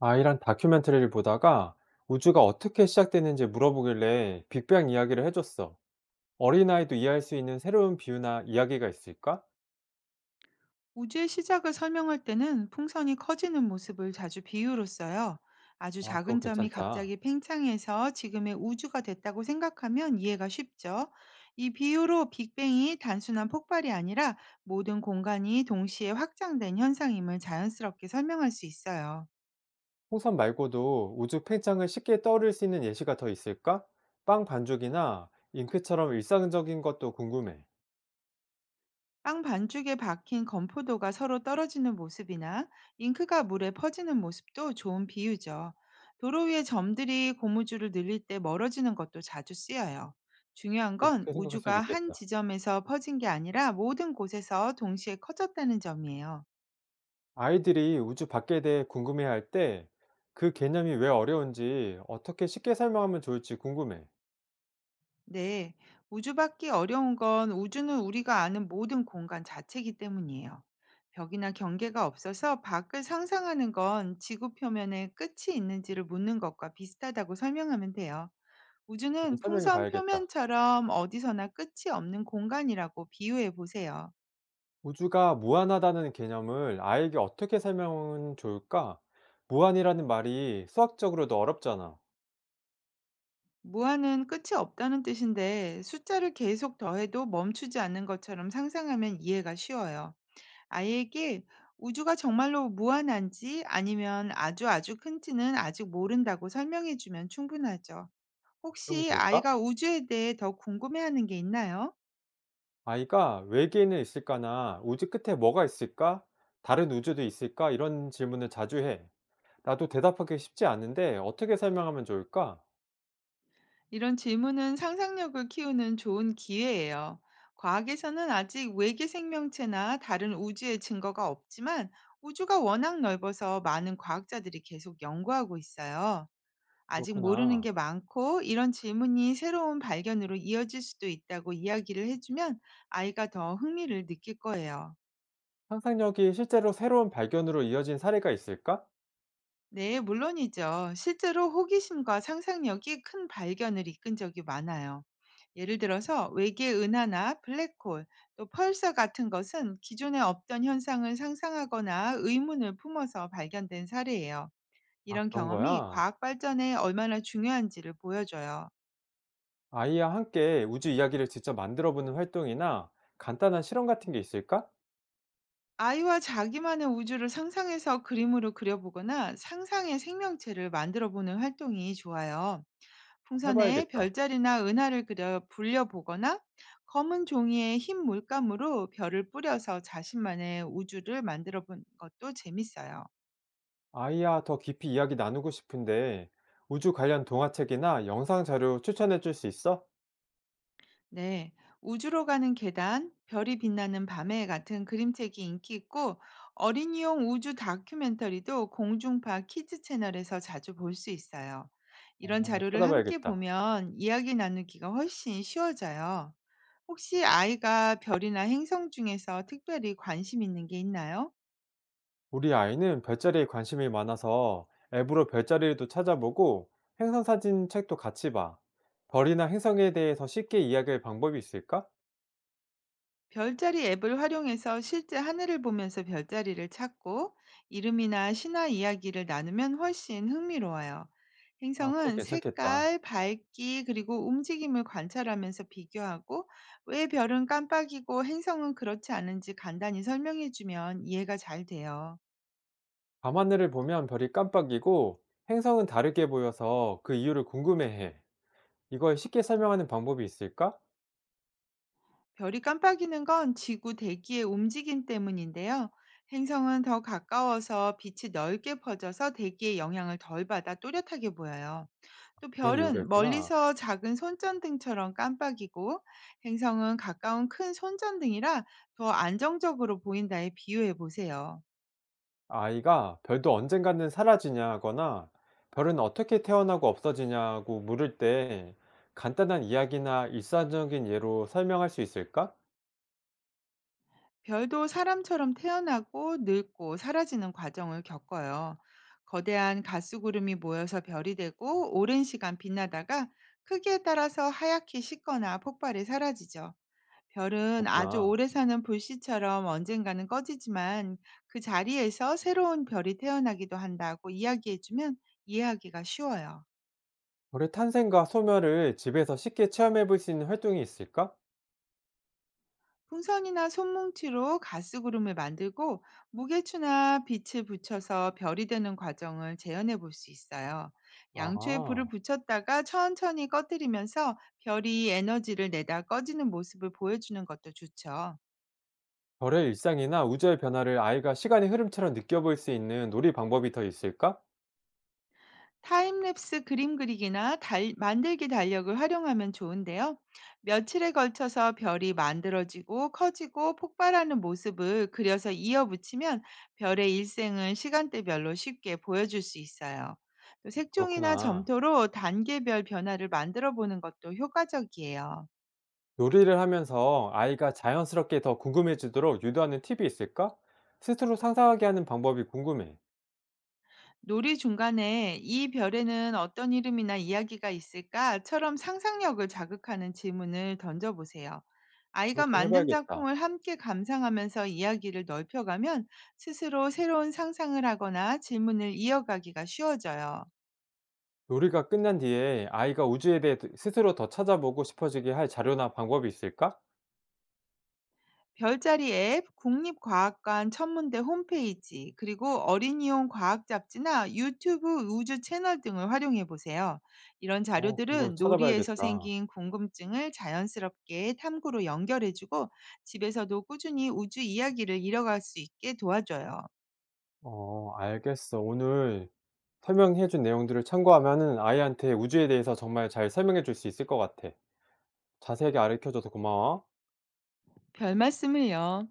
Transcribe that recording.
아이랑 다큐멘터리를 보다가 우주가 어떻게 시작됐는지 물어보길래 빅뱅 이야기를 해줬어. 어린아이도 이해할 수 있는 새로운 비유나 이야기가 있을까? 우주의 시작을 설명할 때는 풍선이 커지는 모습을 자주 비유로 써요. 아주 아, 작은 그거 점이 괜찮다. 갑자기 팽창해서 지금의 우주가 됐다고 생각하면 이해가 쉽죠. 이 비유로 빅뱅이 단순한 폭발이 아니라 모든 공간이 동시에 확장된 현상임을 자연스럽게 설명할 수 있어요. 홍선 말고도 우주 팽창을 쉽게 떠올릴 수 있는 예시가 더 있을까? 빵 반죽이나 잉크처럼 일상적인 것도 궁금해. 빵 반죽에 박힌 건포도가 서로 떨어지는 모습이나 잉크가 물에 퍼지는 모습도 좋은 비유죠. 도로 위에 점들이 고무줄을 늘릴 때 멀어지는 것도 자주 쓰여요. 중요한 건 그렇게 생각할 수도 우주가 한 있겠다. 지점에서 퍼진 게 아니라 모든 곳에서 동시에 커졌다는 점이에요. 아이들이 우주 밖에 대해 궁금해할 때 그 개념이 왜 어려운지 어떻게 쉽게 설명하면 좋을지 궁금해. 네, 우주밖에 어려운 건 우주는 우리가 아는 모든 공간 자체이기 때문이에요. 벽이나 경계가 없어서 밖을 상상하는 건 지구 표면에 끝이 있는지를 묻는 것과 비슷하다고 설명하면 돼요. 그거 우주는 설명해 풍선 봐야겠다. 표면처럼 어디서나 끝이 없는 공간이라고 비유해 보세요. 우주가 무한하다는 개념을 아이에게 어떻게 설명하면 좋을까? 무한이라는 말이 수학적으로도 어렵잖아. 무한은 끝이 없다는 뜻인데 숫자를 계속 더해도 멈추지 않는 것처럼 상상하면 이해가 쉬워요. 아이에게 우주가 정말로 무한한지 아니면 아주 큰지는 아직 모른다고 설명해 주면 충분하죠. 그러면 혹시 될까? 아이가 우주에 대해 더 궁금해하는 게 있나요? 아이가 외계인은 있을까나 우주 끝에 뭐가 있을까? 다른 우주도 있을까? 이런 질문을 자주 해. 나도 대답하기 쉽지 않은데 어떻게 설명하면 좋을까? 이런 질문은 상상력을 키우는 좋은 기회예요. 과학에서는 아직 외계 생명체나 다른 우주의 증거가 없지만 우주가 워낙 넓어서 많은 과학자들이 계속 연구하고 있어요. 아직 모르는 그렇구나. 게 많고 이런 질문이 새로운 발견으로 이어질 수도 있다고 이야기를 해주면 아이가 더 흥미를 느낄 거예요. 상상력이 실제로 새로운 발견으로 이어진 사례가 있을까? 네, 물론이죠. 실제로 호기심과 상상력이 큰 발견을 이끈 적이 많아요. 예를 들어서 외계 은하나 블랙홀, 또 펄사 같은 것은 기존에 없던 현상을 상상하거나 의문을 품어서 발견된 사례예요. 아, 이런 그런 경험이 거야. 과학 발전에 얼마나 중요한지를 보여줘요. 아이와 함께 우주 이야기를 직접 만들어보는 활동이나 간단한 실험 같은 게 있을까? 아이와 자기만의 우주를 상상해서 그림으로 그려보거나 상상의 생명체를 만들어 보는 활동이 좋아요. 풍선에 해봐야겠다. 별자리나 은하를 그려 불려보거나 검은 종이에 흰 물감으로 별을 뿌려서 자신만의 우주를 만들어 본 것도 재밌어요. 아이와 더 깊이 이야기 나누고 싶은데 우주 관련 동화책이나 영상 자료 추천해 줄 수 있어? 네, 우주로 가는 계단, 별이 빛나는 밤에 같은 그림책이 인기 있고 어린이용 우주 다큐멘터리도 공중파 키즈 채널에서 자주 볼 수 있어요. 어, 이런 한번 자료를 함께 찾아봐야겠다. 보면 이야기 나누기가 훨씬 쉬워져요. 혹시 아이가 별이나 행성 중에서 특별히 관심 있는 게 있나요? 우리 아이는 별자리에 관심이 많아서 앱으로 별자리도 찾아보고 행성 사진 책도 같이 봐. 별이나 행성에 대해서 쉽게 이야기할 방법이 있을까? 별자리 앱을 활용해서 실제 하늘을 보면서 별자리를 찾고 이름이나 신화 이야기를 나누면 훨씬 흥미로워요. 아, 그거 행성은 괜찮겠다. 색깔, 밝기, 그리고 움직임을 관찰하면서 비교하고 왜 별은 깜빡이고 행성은 그렇지 않은지 간단히 설명해주면 이해가 잘 돼요. 밤하늘을 보면 별이 깜빡이고 행성은 다르게 보여서 그 이유를 궁금해해. 이걸 쉽게 설명하는 방법이 있을까? 별이 깜빡이는 건 지구 대기의 움직임 때문인데요. 행성은 더 가까워서 빛이 넓게 퍼져서 대기의 영향을 덜 받아 또렷하게 보여요. 또 그런 이유가 별은 있구나. 멀리서 작은 손전등처럼 깜빡이고 행성은 가까운 큰 손전등이라 더 안정적으로 보인다에 비유해 보세요. 아이가 "별도 언젠가는 사라지냐?"거나 "별은 어떻게 태어나고 없어지냐?"고 물을 때 간단한 이야기나 일상적인 예로 설명할 수 있을까? 별도 사람처럼 태어나고 늙고 사라지는 과정을 겪어요. 거대한 가스구름이 모여서 별이 되고 오랜 시간 빛나다가 크기에 따라서 하얗게 식거나 폭발해 사라지죠. 별은 아주 그렇구나. 오래 사는 불씨처럼 언젠가는 꺼지지만 그 자리에서 새로운 별이 태어나기도 한다고 이야기해주면 이해하기가 쉬워요. 별의 탄생과 소멸을 집에서 쉽게 체험해 볼 수 있는 활동이 있을까? 풍선이나 손뭉치로 가스구름을 만들고 무게추나 빛을 붙여서 별이 되는 과정을 재현해 볼 수 있어요. 양초에 불을 아. 붙였다가 천천히 꺼뜨리면서 별이 에너지를 내다 꺼지는 모습을 보여주는 것도 좋죠. 별의 일상이나 우주의 변화를 아이가 시간의 흐름처럼 느껴볼 수 있는 놀이 방법이 더 있을까? 타임랩스 그림 그리기나 만들기 달력을 활용하면 좋은데요. 며칠에 걸쳐서 별이 만들어지고 커지고 폭발하는 모습을 그려서 이어붙이면 별의 일생을 시간대별로 쉽게 보여줄 수 있어요. 또 색종이나 그렇구나. 점토로 단계별 변화를 만들어 보는 것도 효과적이에요. 요리를 하면서 아이가 자연스럽게 더 궁금해지도록 유도하는 팁이 있을까? 스스로 상상하게 하는 방법이 궁금해. 놀이 중간에 이 별에는 어떤 이름이나 이야기가 있을까처럼 상상력을 자극하는 질문을 던져보세요. 아이가 그렇게 해 만든 봐야겠다. 작품을 함께 감상하면서 이야기를 넓혀가면 스스로 새로운 상상을 하거나 질문을 이어가기가 쉬워져요. 요리가 끝난 뒤에 아이가 우주에 대해 스스로 더 찾아보고 싶어지게 할 자료나 방법이 있을까? 별자리 앱, 국립과학관 천문대 홈페이지, 그리고 어린이용 과학 잡지나 유튜브 우주 채널 등을 활용해 보세요. 이런 어, 그런 걸 자료들은 놀이에서 찾아봐야겠다. 생긴 궁금증을 자연스럽게 탐구로 연결해주고 집에서도 꾸준히 우주 이야기를 이어갈 수 있게 도와줘요. 어, 알겠어. 오늘 설명해 준 내용들을 참고하면은 아이한테 우주에 대해서 정말 잘 설명해 줄 수 있을 것 같아. 자세하게 가르쳐 줘서 고마워. 별 말씀을요.